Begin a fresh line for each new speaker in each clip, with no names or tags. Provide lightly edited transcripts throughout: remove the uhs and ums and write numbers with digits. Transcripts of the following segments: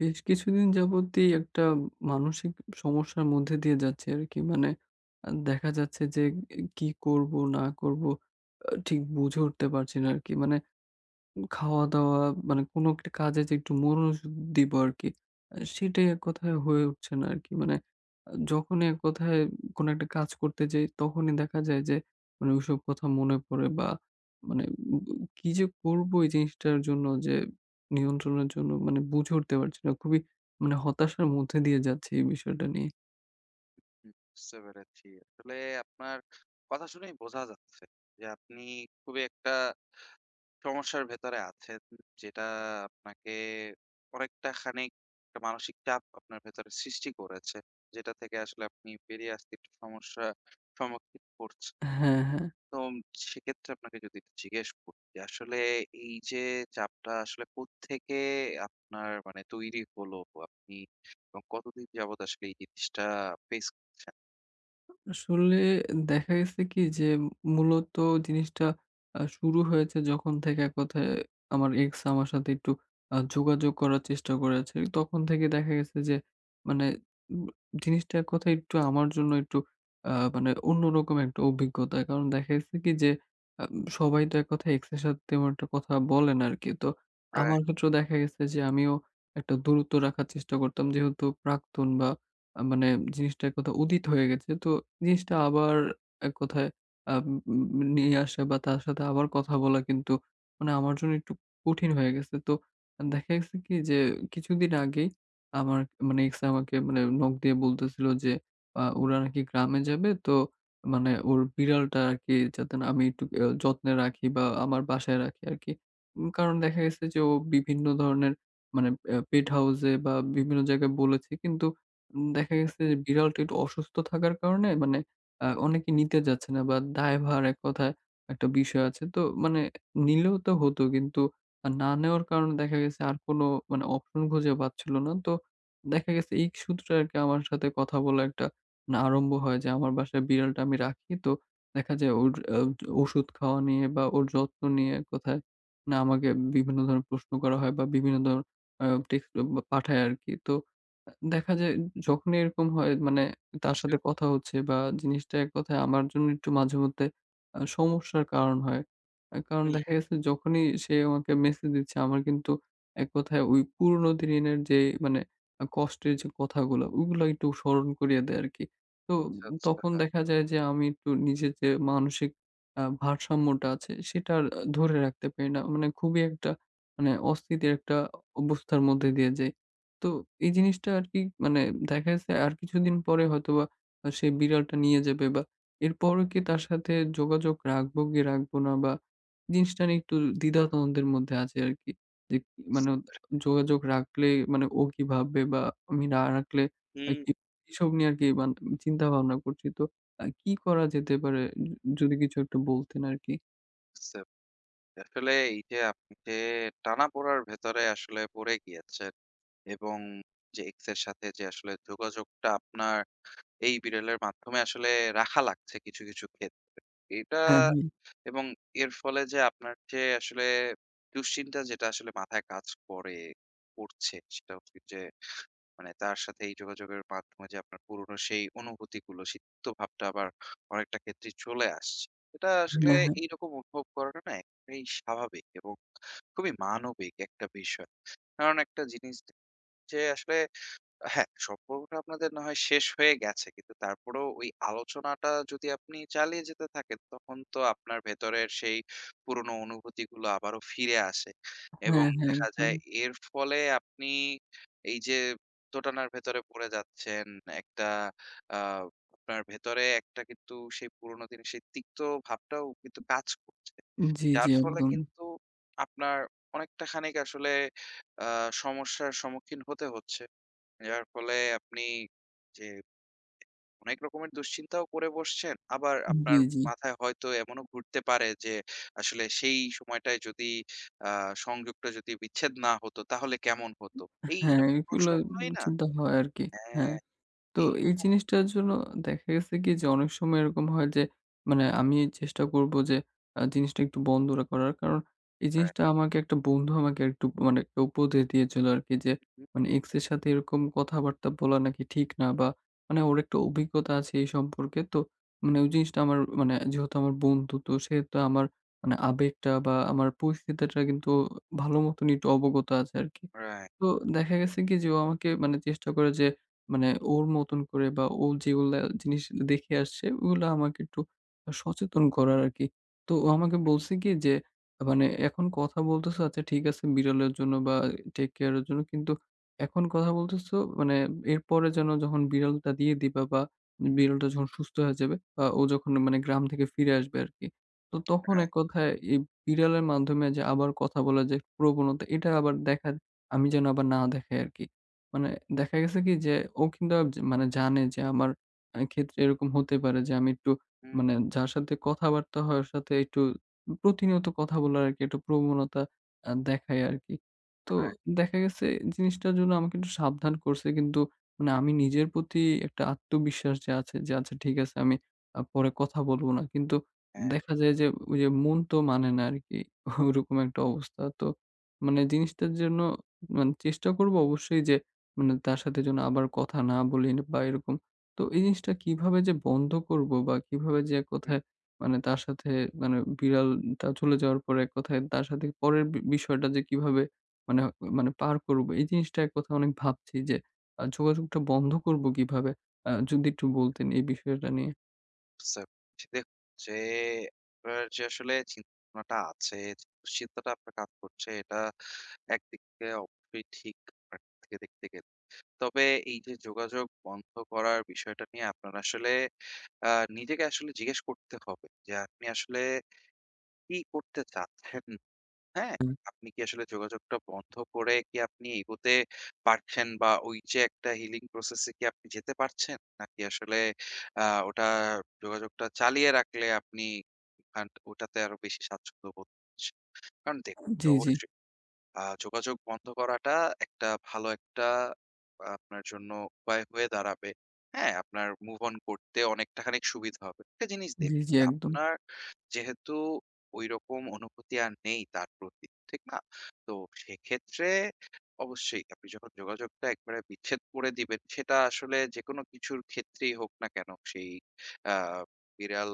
বেশ কিছুদিন যাবতীই একটা মানসিক সমস্যার মধ্যে দিয়ে যাচ্ছি আরকি। মানে দেখা যাচ্ছে যে, কি করব না করব ঠিক বুঝে উঠতে পারছি না আরকি। মানে খাওয়া-দাওয়া, মানে কোনো একটা কাজে যে একটু মনোযোগ দিব আরকি। সেটাই এক কথায় হয়ে উঠছে না আরকি। মানে যখনই এক কথায় কোনো একটা কাজ করতে যাই তখনই দেখা যায় যে মানে ওইসব কথা মনে পড়ে, বা মানে উ কি যে করব, এই জিনিসটার জন্য যে নিয়ন্ত্রণের জন্য মানে বুঝে উঠতে পারছি না। খুবই, মানে হতাশার মধ্যে দিয়ে যাচ্ছি এই বিষয়টা নিয়ে।
বুঝতে পেরেছি। আসলে আপনার কথা শুনেই বোঝা যাচ্ছে যে আপনি খুবই একটা সমস্যার ভেতরে আছেন। যেটা আপনাকে অনেকটা খানিক একটা মানসিক চাপ আপনার ভেতরে সৃষ্টি করেছে। যেটা থেকে আসলে আপনি বেরিয়ে আসতে একটু সমস্যা সম্মুখীন করছেন।
হ্যাঁ, হ্যাঁ।
তো সেক্ষেত্রে আপনাকে যদি একটু জিজ্ঞেস করি যে আসলে এই যে চাপটা আসলে কোত্থেকে আপনার মানে তৈরি হলো? আপনি এবং কতদিন যাবত আসলে এই জিনিসটা ফেস করছেন?
আসলে দেখা গেছে কি যে মূলত জিনিসটা শুরু হয়েছে যখন থেকে এক কথায় আমার এক্স আমার সাথে একটু যোগাযোগ করার চেষ্টা করেছে। তখন থেকে দেখা গেছে যে মানে উম জিনিসটা এক কথায় একটু আমার জন্য একটু মানে অন্যরকম একটা অভিজ্ঞতা। কারণ দেখা গেছে কি যে আ সবাই তো এক কথায় এক্স এর সাথে তেমন একটা কথা বলে না আরকি। তো আমার
রাইট।
ক্ষেত্রেও দেখা গেছে যে আমিও একটা দূরত্ব রাখার চেষ্টা করতাম, যেহেতু প্রাক্তন, বা মানে জিনিসটা এক কথায় উদিত হয়ে গেছে। তো জিনিসটা আবার এক কথায় আম উম নিয়ে আসা বা তার সাথে আবার কথা বলা, কিন্তু মানে আমার জন্য একটু কঠিন হয়ে গেছে। তো দেখা গেছে কি যে কিছুদিন আগেই আমার মানে এক্স আমাকে মানে নক দিয়ে বলতেছিল যে ওরা নাকি গ্রামে যাবে। তো মানে ওর বিড়ালটা আরকি যাতে না, আমি একটু যত্নে রাখি বা আমার বাসায় রাখি আরকি। কারণ দেখা গেছে যে ও বিভিন্ন ধরনের, মানে পেট হাউস এ বা বিভিন্ন জায়গায় বলেছে, কিন্তু দেখা গেছে যে বিড়ালটা একটু অসুস্থ থাকার কারণে, মানে অনেকে নিতে যাচ্ছে না বা দায়ভার এক কথায় একটা বিষয় আছে। তো মানে নিলেও তো হতো, কিন্তু না নেওয়ার কারণে দেখা গেছে আর কোনো মানে অপশন খুঁজে পাচ্ছিল না। তো দেখা গেছে এই সূত্রে আরকি আমার সাথে কথা বলা একটা মানে আরম্ভ হয় যে আমার বাসায় বিড়ালটা আমি রাখি। তো দেখা যায় ওর আ ওষুধ খাওয়া নিয়ে বা ওর যত্ন নিয়ে এক কথায় না আমাকে বিভিন্ন ধরনের প্রশ্ন করা হয় বা বিভিন্ন ধরনের আ টেক্সট পাঠায় আরকি। তো দেখা যায় যখনই এরকম হয়, মানে তার
আচ্ছা।
সাথে কথা হচ্ছে বা জিনিসটা এক কথায় আমার জন্য একটু মাঝেমধ্যে সমস্যার কারণ হয়। কারণ
হুম,
দেখা, হ্যাঁ, গেছে যখনই সে আমাকে মেসেজ দিচ্ছে আমার কিন্তু এক কথায় ওই পুরনো দিনের যে মানে কষ্টের যে কথাগুলা, ওগুলা একটু স্মরণ করিয়ে দেয় আরকি। তো
আচ্ছা,
তখন
আচ্ছা।
দেখা যায় যে আমি একটু নিজের যে মানসিক ভারসাম্যটা আছে সেটা আর ধরে রাখতে পারি না। মানে খুবই একটা, মানে অস্থিতির একটা অবস্থার মধ্যে দিয়ে যাই। তো এই জিনিসটা আরকি, মানে দেখা গেছে আর কিছুদিন পরে হয়তোবা সে বিড়ালটা নিয়ে যাবে, বা এরপরও কি তার সাথে যোগাযোগ রাখবো কি রাখবো না, বা জিনিসটা নিয়ে একটু দ্বিধাদ্বন্দ্বের মধ্যে আছে আরকি। যে মানে যোগাযোগ রাখলে মানে ও কি ভাববে, বা আমি না রাখলে
হুম,
কি, এসব নিয়ে আরকি চিন্তাভাবনা করছি। তো কি করা যেতে পারে, য যদি কিছু একটু বলতেন আরকি?
বুঝতে পারছি। আসলে এই যে আপনি যে টানাপোড়ার ভেতরে আসলে পড়ে গিয়েছেন এবং যে এক্স এর সাথে যে আসলে যোগাযোগটা আপনার এই বিড়ালের মাধ্যমে আসলে রাখা লাগছে কিছু, কিছু ক্ষেত্রে। এটা
হ্যাঁ, হ্যাঁ।
এবং এর ফলে যে আপনার যে আসলে দুশ্চিন্তা যেটা আসলে মাথায় কাজ করে করছে সেটা হচ্ছে যে মানে তার সাথে এই যোগাযোগের মাধ্যমে যে আপনার পুরনো সেই অনুভূতিগুলো, সিক্ত ভাবটা আবার অনেকটা ক্ষেত্রেই চলে আসছে। এটা আসলে
হ্যাঁ, হ্যাঁ।
এইরকম অনুভব করাটা না একেবারেই স্বাভাবিক এবং খুবই মানবিক একটা বিষয়। কারণ একটা জিনিস যে আসলে হ্যাঁ, সম্পর্কটা আপনাদের না হয় শেষ হয়ে গেছে। কিন্তু তারপরেও ওই আলোচনাটা যদি আপনি চালিয়ে যেতে থাকেন, তখন তো আপনার ভেতরের সেই পুরনো অনুভূতিগুলো আবারও ফিরে আসে। এবং
হ্যাঁ, হ্যাঁ।
দেখা
একদম।
যায় এর ফলে আপনি এই যে দোটানার ভেতরে পড়ে যাচ্ছেন, একটা আ আপনার ভেতরে একটা কিন্তু সেই পুরনো দিনের সেই তিক্ত ভাবটাও কিন্তু কাজ করছে।
জি, জি।
যার ফলে
একদম।
কিন্তু আপনার অনেকটা খানিক আসলে আ সমস্যার সম্মুখীন হতে হচ্ছে। যার ফলে আপনি যে অনেক রকমের দুশ্চিন্তাও করে বসছেন। আবার
জি,
আপনার
জি।
মাথায় হয়তো এমনও ঘুরতে পারে যে আসলে সেই সময়টায় যদি আ সংযোগটা যদি বিচ্ছেদ না হতো তাহলে কেমন হতো?
হ্যাঁ,
এইরকম
এগুলো
প্রশ্নগুলোই না
চিন্তা হয় আরকি। হ্যাঁ,
হ্যাঁ,
তো
এই
এই জিনিসটার জন্য দেখা গেছে কি যে অনেক সময় এরকম হয় যে মানে আমি চেষ্টা করব যে জিনিসটা একটু বন্ধ করার। কারণ এই
রাইট,
জিনিসটা আমাকে একটা বন্ধু আমাকে একটু মানে একটা উপদেশ দিয়েছিল আরকি যে
হুম,
মানে এক্স এর সাথে এরকম কথাবার্তা বলা নাকি ঠিক না, বা মানে ওর একটা অভিজ্ঞতা আছে এই সম্পর্কে। তো মানে ওই জিনিসটা আমার, মানে যেহেতু আমার বন্ধু, তো সেহেতু আমার মানে আবেগটা বা আমার পরিস্থিতিটা কিন্তু ভালো মতনই একটু অবগত আছে আরকি।
রাইট,
তো দেখা গেছে কি যে ও আমাকে মানে চেষ্টা করে যে মানে ওর মতন করে বা ও যেগুলা জিনিস দেখে আসছে ওগুলা আমাকে একটু সচেতন করার আরকি। তো ও আমাকে বলছে কি যে মানে এখন কথা বলতেছো, আচ্ছা ঠিক আছে, বিড়ালের জন্য বা টেক কেয়ার এর জন্য, কিন্তু এখন কথা বলতেছো মানে এরপরে যেন, যখন বিড়ালটা দিয়ে দিবা বা বিড়ালটা যখন সুস্থ হয়ে যাবে বা ও যখন মানে গ্রাম থেকে ফিরে আসবে আরকি। তো তখন এক
রাইট,
কথায় এই বিড়ালের মাধ্যমে যে আবার কথা বলার যে প্রবণতা, এটা আবার দেখা, আমি যেন আবার না দেখাই আরকি। মানে দেখা গেছে কি যে ও কিন্তু যে মানে জানে যে আমার ক্ষেত্রে এরকম হতে পারে যে আমি একটু,
হুম,
মানে যার সাথে কথাবার্তা হয় ওর সাথে একটু প্রতিনিয়ত কথা বলার আরকি একটা প্রবণতা দেখাই আরকি। তো
রাইট,
দেখা গেছে জিনিসটার জন্য আমাকে একটু সাবধান করছে, কিন্তু মানে
হুম,
আমি নিজের প্রতি একটা আত্মবিশ্বাস যে আছে, যে আচ্ছা ঠিক আছে আমি পরে কথা বলবো না। কিন্তু
হ্যাঁ,
দেখা যায় যে ওই যে মন তো মানে না আরকি। ওরকম একটা অবস্থা। তো মানে জিনিসটার জন্য, মানে চেষ্টা করব অবশ্যই যে মানে তার সাথে যেন আবার কথা না বলি না, বা এরকম। তো এই জিনিসটা কিভাবে যে বন্ধ করব বা কিভাবে যে
হুম।
এককথায় মানে তার সাথে, মানে বিড়ালটা চলে যাওয়ার পরে এককথায় তার সাথে পরের বিষয়টা যে কিভাবে মানে মানে পার করব, এই জিনিসটা এককথায় অনেক ভাবছি যে যোগাযোগটা বন্ধ করব কিভাবে? যদি একটু বলতেন এই বিষয়টা নিয়ে।
বুঝতে পারছি। দেখুন যে আপনার যে আসলে চিন্তাভাবনাটা আছে, যে দুশ্চিন্তাটা আপনার কাজ করছে এটা একদিক থেকে অবশ্যই ঠিক আপনার দিক থেকে দেখতে গেলে। তবে এই যে যোগাযোগ বন্ধ করার বিষয়টা নিয়ে আপনার আসলে আ নিজেকে আসলে জিজ্ঞেস করতে হবে যে আপনি আসলে কি করতে চাচ্ছেন হ্যাঁ, আপনি কি আসলে যোগাযোগটা বন্ধ করে কি আপনি এগোতে পারছেন? বা ওই যে একটা healing process এ কি আপনি যেতে পারছেন? নাকি আসলে আ ওটা যোগাযোগটা চালিয়ে রাখলে আপনি ওটাতে আরো বেশি স্বাচ্ছন্দ্য বোধ করছেন? কারণ দেখুন যে
জি, জি।
অবশ্যই যোগাযোগ বন্ধ করাটা একটা ভালো একটা আপনার জন্য উপায় হয়ে দাঁড়াবে। হ্যাঁ, আপনার move on করতে অনেকটা খানিক সুবিধা হবে। একটা জিনিস
জি,
দেখুন
জি,
যে
একদম।
আপনার যেহেতু ঐরকম অনুভূতি আর নেই তার প্রতি, ঠিক না? তো সেক্ষেত্রে অবশ্যই আপনি যখন যোগাযোগটা একবারে বিচ্ছেদ করে দিবেন, সেটা আসলে যেকোনো কিছুর ক্ষেত্রেই হোক না কেন, সেই আ বিড়াল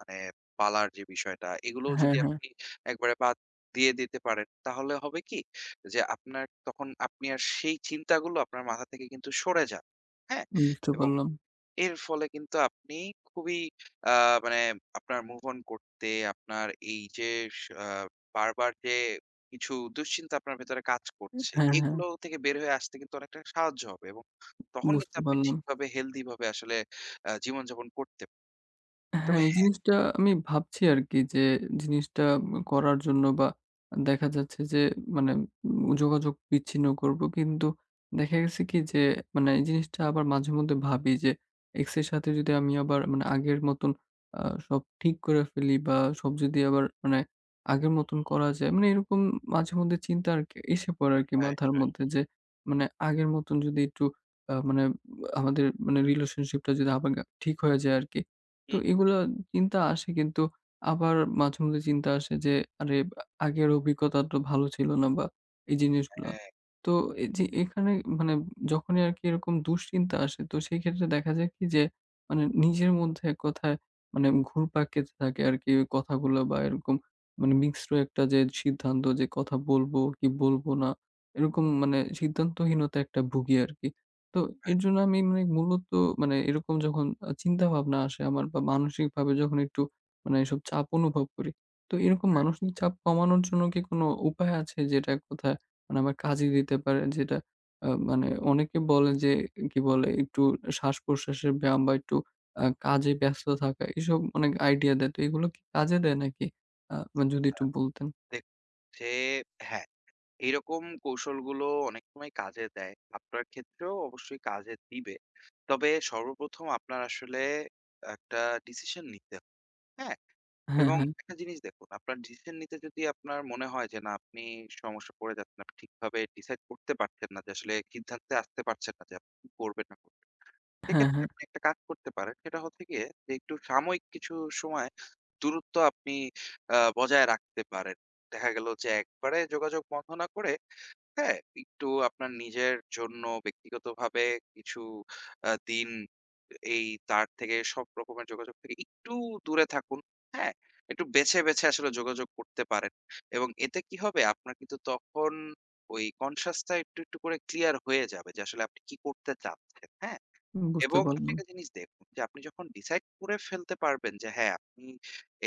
মানে পালার যে বিষয়টা, এগুলোও
হ্যাঁ,
যদি
হ্যাঁ।
আপনি একবারে বাদ দিয়ে দিতে পারেন, তাহলে হবে কি? যে আপনার তখন আপনি আর সেই চিন্তাগুলো আপনার মাথা থেকে কিন্তু সরে যাবে। হ্যাঁ?
বুঝতে
এবং
পারলাম।
এর ফলে কিন্তু আপনি খুবই আ মানে আপনার মুভ অন করতে আপনার এই যে স আ বারবার যে কিছু দুশ্চিন্তা আপনার ভেতরে কাজ করছে,
হ্যাঁ, হ্যাঁ।
এগুলো থেকে বের হয়ে আসতে কিন্তু অনেকটা সাহায্য হবে এবং তখন কিন্তু
বুঝতে
আপনি
পারলাম।
ঠিকভাবে হেলথি ভাবে আসলে জীবনযাপন করতে পারবেন।
হ্যাঁ,
তবে
এই জিনিসটা আমি ভাবছি আরকি, যে জিনিসটা করার জন্য বা দেখা যাচ্ছে যে মানে যোগাযোগ বিচ্ছিন্ন করব। কিন্তু দেখা গেছে কি যে মানে এই জিনিসটা আবার মাঝেমধ্যে ভাবি যে এক্স এর সাথে যদি আমি আবার মানে আগের মতন আ সব ঠিক করে ফেলি, বা সব যদি আবার মানে আগের মতন করা যায়, মানে এরকম মাঝেমধ্যে চিন্তা আরকি এসে পড়ে আরকি
হ্যাঁ,
মাথার
হ্যাঁ,
মধ্যে, যে মানে আগের মতন যদি একটু মানে আমাদের মানে রিলেশনশিপটা যদি আবার ঠিক হয়ে যায় আরকি। তো এগুলা চিন্তা আসে, কিন্তু আবার মাঝেমধ্যে চিন্তা আসে যে, "আরে, আগের অভিজ্ঞতা তো ভালো ছিল না", বা এই জিনিসগুলা। তো এই যে এখানে, মানে যখনই আরকি এরকম দুশ্চিন্তা আসে, তো সেক্ষেত্রে দেখা যায় কি যে মানে নিজের মধ্যে এক কথায় মানে ঘুরপাক খেতে থাকে আরকি ওই কথাগুলো, বা এরকম মানে মিশ্র একটা যে সিদ্ধান্ত, যে কথা বলবো কি বলবো না, এরকম মানে সিদ্ধান্তহীনতায় একটা ভুগি আরকি। তো এর জন্য আমি মানে মূলত, মানে এরকম যখন চিন্তাভাবনা আসে আমার বা মানসিকভাবে যখন একটু মানে এসব চাপ অনুভব করি, তো এরকম
হ্যাঁ,
মানসিক চাপ কমানোর জন্য কি কোনো উপায় আছে যেটা কোথায়, মানে আমার কাজে দিতে পারে? যেটা মানে অনেকে বলে যে কি বলে, একটু শ্বাস-প্রশ্বাসের ব্যায়াম বা একটু কাজে ব্যস্ত থাকা, এসব অনেক আইডিয়া দেয়। তো এগুলো কি কাজে দেয় নাকি? মানে যদি
একটা
একটু বলতেন।
দেখছে হ্যাঁ। এইরকম কৌশলগুলো অনেক সময় কাজে দেয়। আপনার ক্ষেত্রেও অবশ্যই কাজে দিবে। তবে সর্বপ্রথম আপনার আসলে একটা ডিসিশন নিতে হবে, হ্যাঁ?
হ্যাঁ,
এবং
হ্যাঁ।
একটা জিনিস দেখুন, আপনার ডিসিশন নিতে যদি আপনার মনে হয় যে না আপনি সমস্যা পড়ে যাচ্ছেন, আপনি ঠিকভাবে ডিসাইড করতে পারছেন না যে আসলে সিদ্ধান্তে আসতে পারছেন না যে আপনি কি করবেন না করবেন।
হ্যাঁ,
সেক্ষেত্রে
হ্যাঁ।
আপনি একটা কাজ করতে পারেন। সেটা হচ্ছে গিয়ে যে একটু সাময়িক কিছু সময় দূরত্ব আপনি বজায় রাখতে পারেন। দেখা গেল যে একবারে যোগাযোগ বন্ধ না করে হ্যাঁ, একটু আপনার নিজের জন্য ব্যক্তিগতভাবে কিছু দিন এই তার থেকে সব রকমের যোগাযোগ থেকে একটু দূরে থাকুন। হ্যাঁ? একটু বেছে, বেছে আসলে যোগাযোগ করতে পারেন। এবং এতে কি হবে? আপনার কিন্তু তখন ওই conscious টা একটু, একটু করে ক্লিয়ার হয়ে যাবে যে আসলে আপনি কি করতে চাচ্ছেন। হ্যাঁ?
বুঝতে
এবং আপনি
পারলাম।
একটা জিনিস দেখুন যে আপনি যখন ডিসাইড করে ফেলতে পারবেন যে হ্যাঁ, আপনি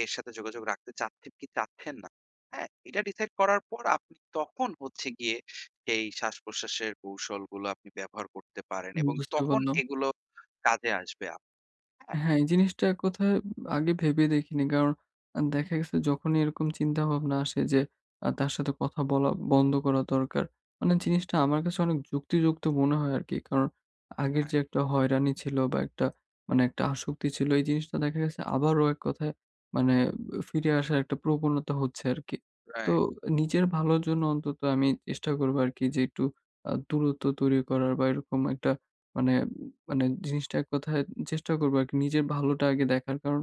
এর সাথে যোগাযোগ রাখতে চাচ্ছেন কি চাচ্ছেন না। হ্যাঁ? এটা ডিসাইড করার পর আপনি তখন হচ্ছে গিয়ে সেই শ্বাস-প্রশ্বাসের কৌশলগুলো আপনি ব্যবহার করতে পারেন এবং
বুঝতে
তখন
পারলাম।
এগুলো কাজে আসবে আপ হ্যাঁ?
হ্যাঁ, এই জিনিসটা কোথায় আগে ভেবে দেখিনি। কারণ দেখা গেছে যখনই এরকম চিন্তাভাবনা আসে যে তার সাথে কথা বলা বন্ধ করা দরকার। মানে জিনিসটা আমার কাছে অনেক যুক্তিযুক্ত মনে হয় আরকি। কারণ আগের যে
রাইট,
একটা হয়রানি ছিল বা একটা মানে একটা আসক্তি ছিল, এই জিনিসটা দেখা গেছে আবারও এক কথায় মানে ফিরে আসার একটা প্রবণতা হচ্ছে আরকি। তো
রাইট।
নিজের ভালোর জন্য অন্তত আমি চেষ্টা করব আরকি যে একটু দূরত্ব তৈরি করার বা এরকম একটা, মানে মানে জিনিসটা এক কথায় চেষ্টা করবো আরকি নিজের ভালোটা আগে দেখার। কারণ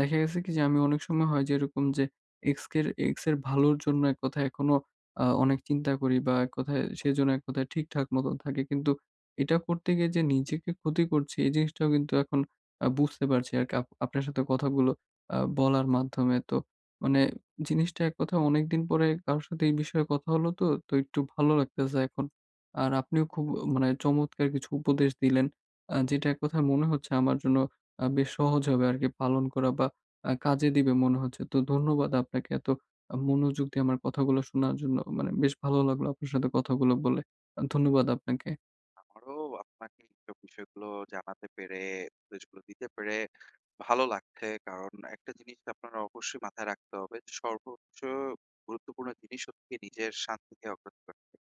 দেখা গেছে কি যে আমি অনেক সময় হয় যে এরকম যে এক্স এর ভালোর জন্য এক কথায় এখনো অনেক চিন্তা করি বা এক কথায় সেজন্য এক কথায় ঠিকঠাক মতন থাকে। কিন্তু এটা করতে গিয়ে যে নিজেকে ক্ষতি করছি, এই জিনিসটাও কিন্তু এখন বুঝতে পারছি আরকি আপনার সাথে কথাগুলো বলার মাধ্যমে। তো মানে জিনিসটা এক কথায় অনেকদিন পরে কারো সাথে এই বিষয়ে কথা হলো, তো একটু ভালো লাগতেছে এখন। আর আপনিও খুব, মানে চমৎকার কিছু উপদেশ দিলেন। যেটা এক কথায় মনে হচ্ছে আমার জন্য বেশ সহজ হবে আরকি পালন করা বা কাজে দিবে মনে হচ্ছে। তো ধন্যবাদ আপনাকে এত মনোযোগ দিয়ে আমার কথাগুলো শোনার জন্য। মানে বেশ ভালো লাগলো আপনার সাথে কথাগুলো বলে। ধন্যবাদ আপনাকে।
আমারও আপনাকে এইসব বিষয়গুলো জানাতে পেরে, উপদেশগুলো দিতে পেরে ভালো লাগছে। কারণ একটা জিনিস আপনার অবশ্যই মাথায় রাখতে হবে যে সর্বোচ্চ গুরুত্বপূর্ণ জিনিস হচ্ছে কি নিজের শান্তিকে অগ্রাধিকার দেওয়া।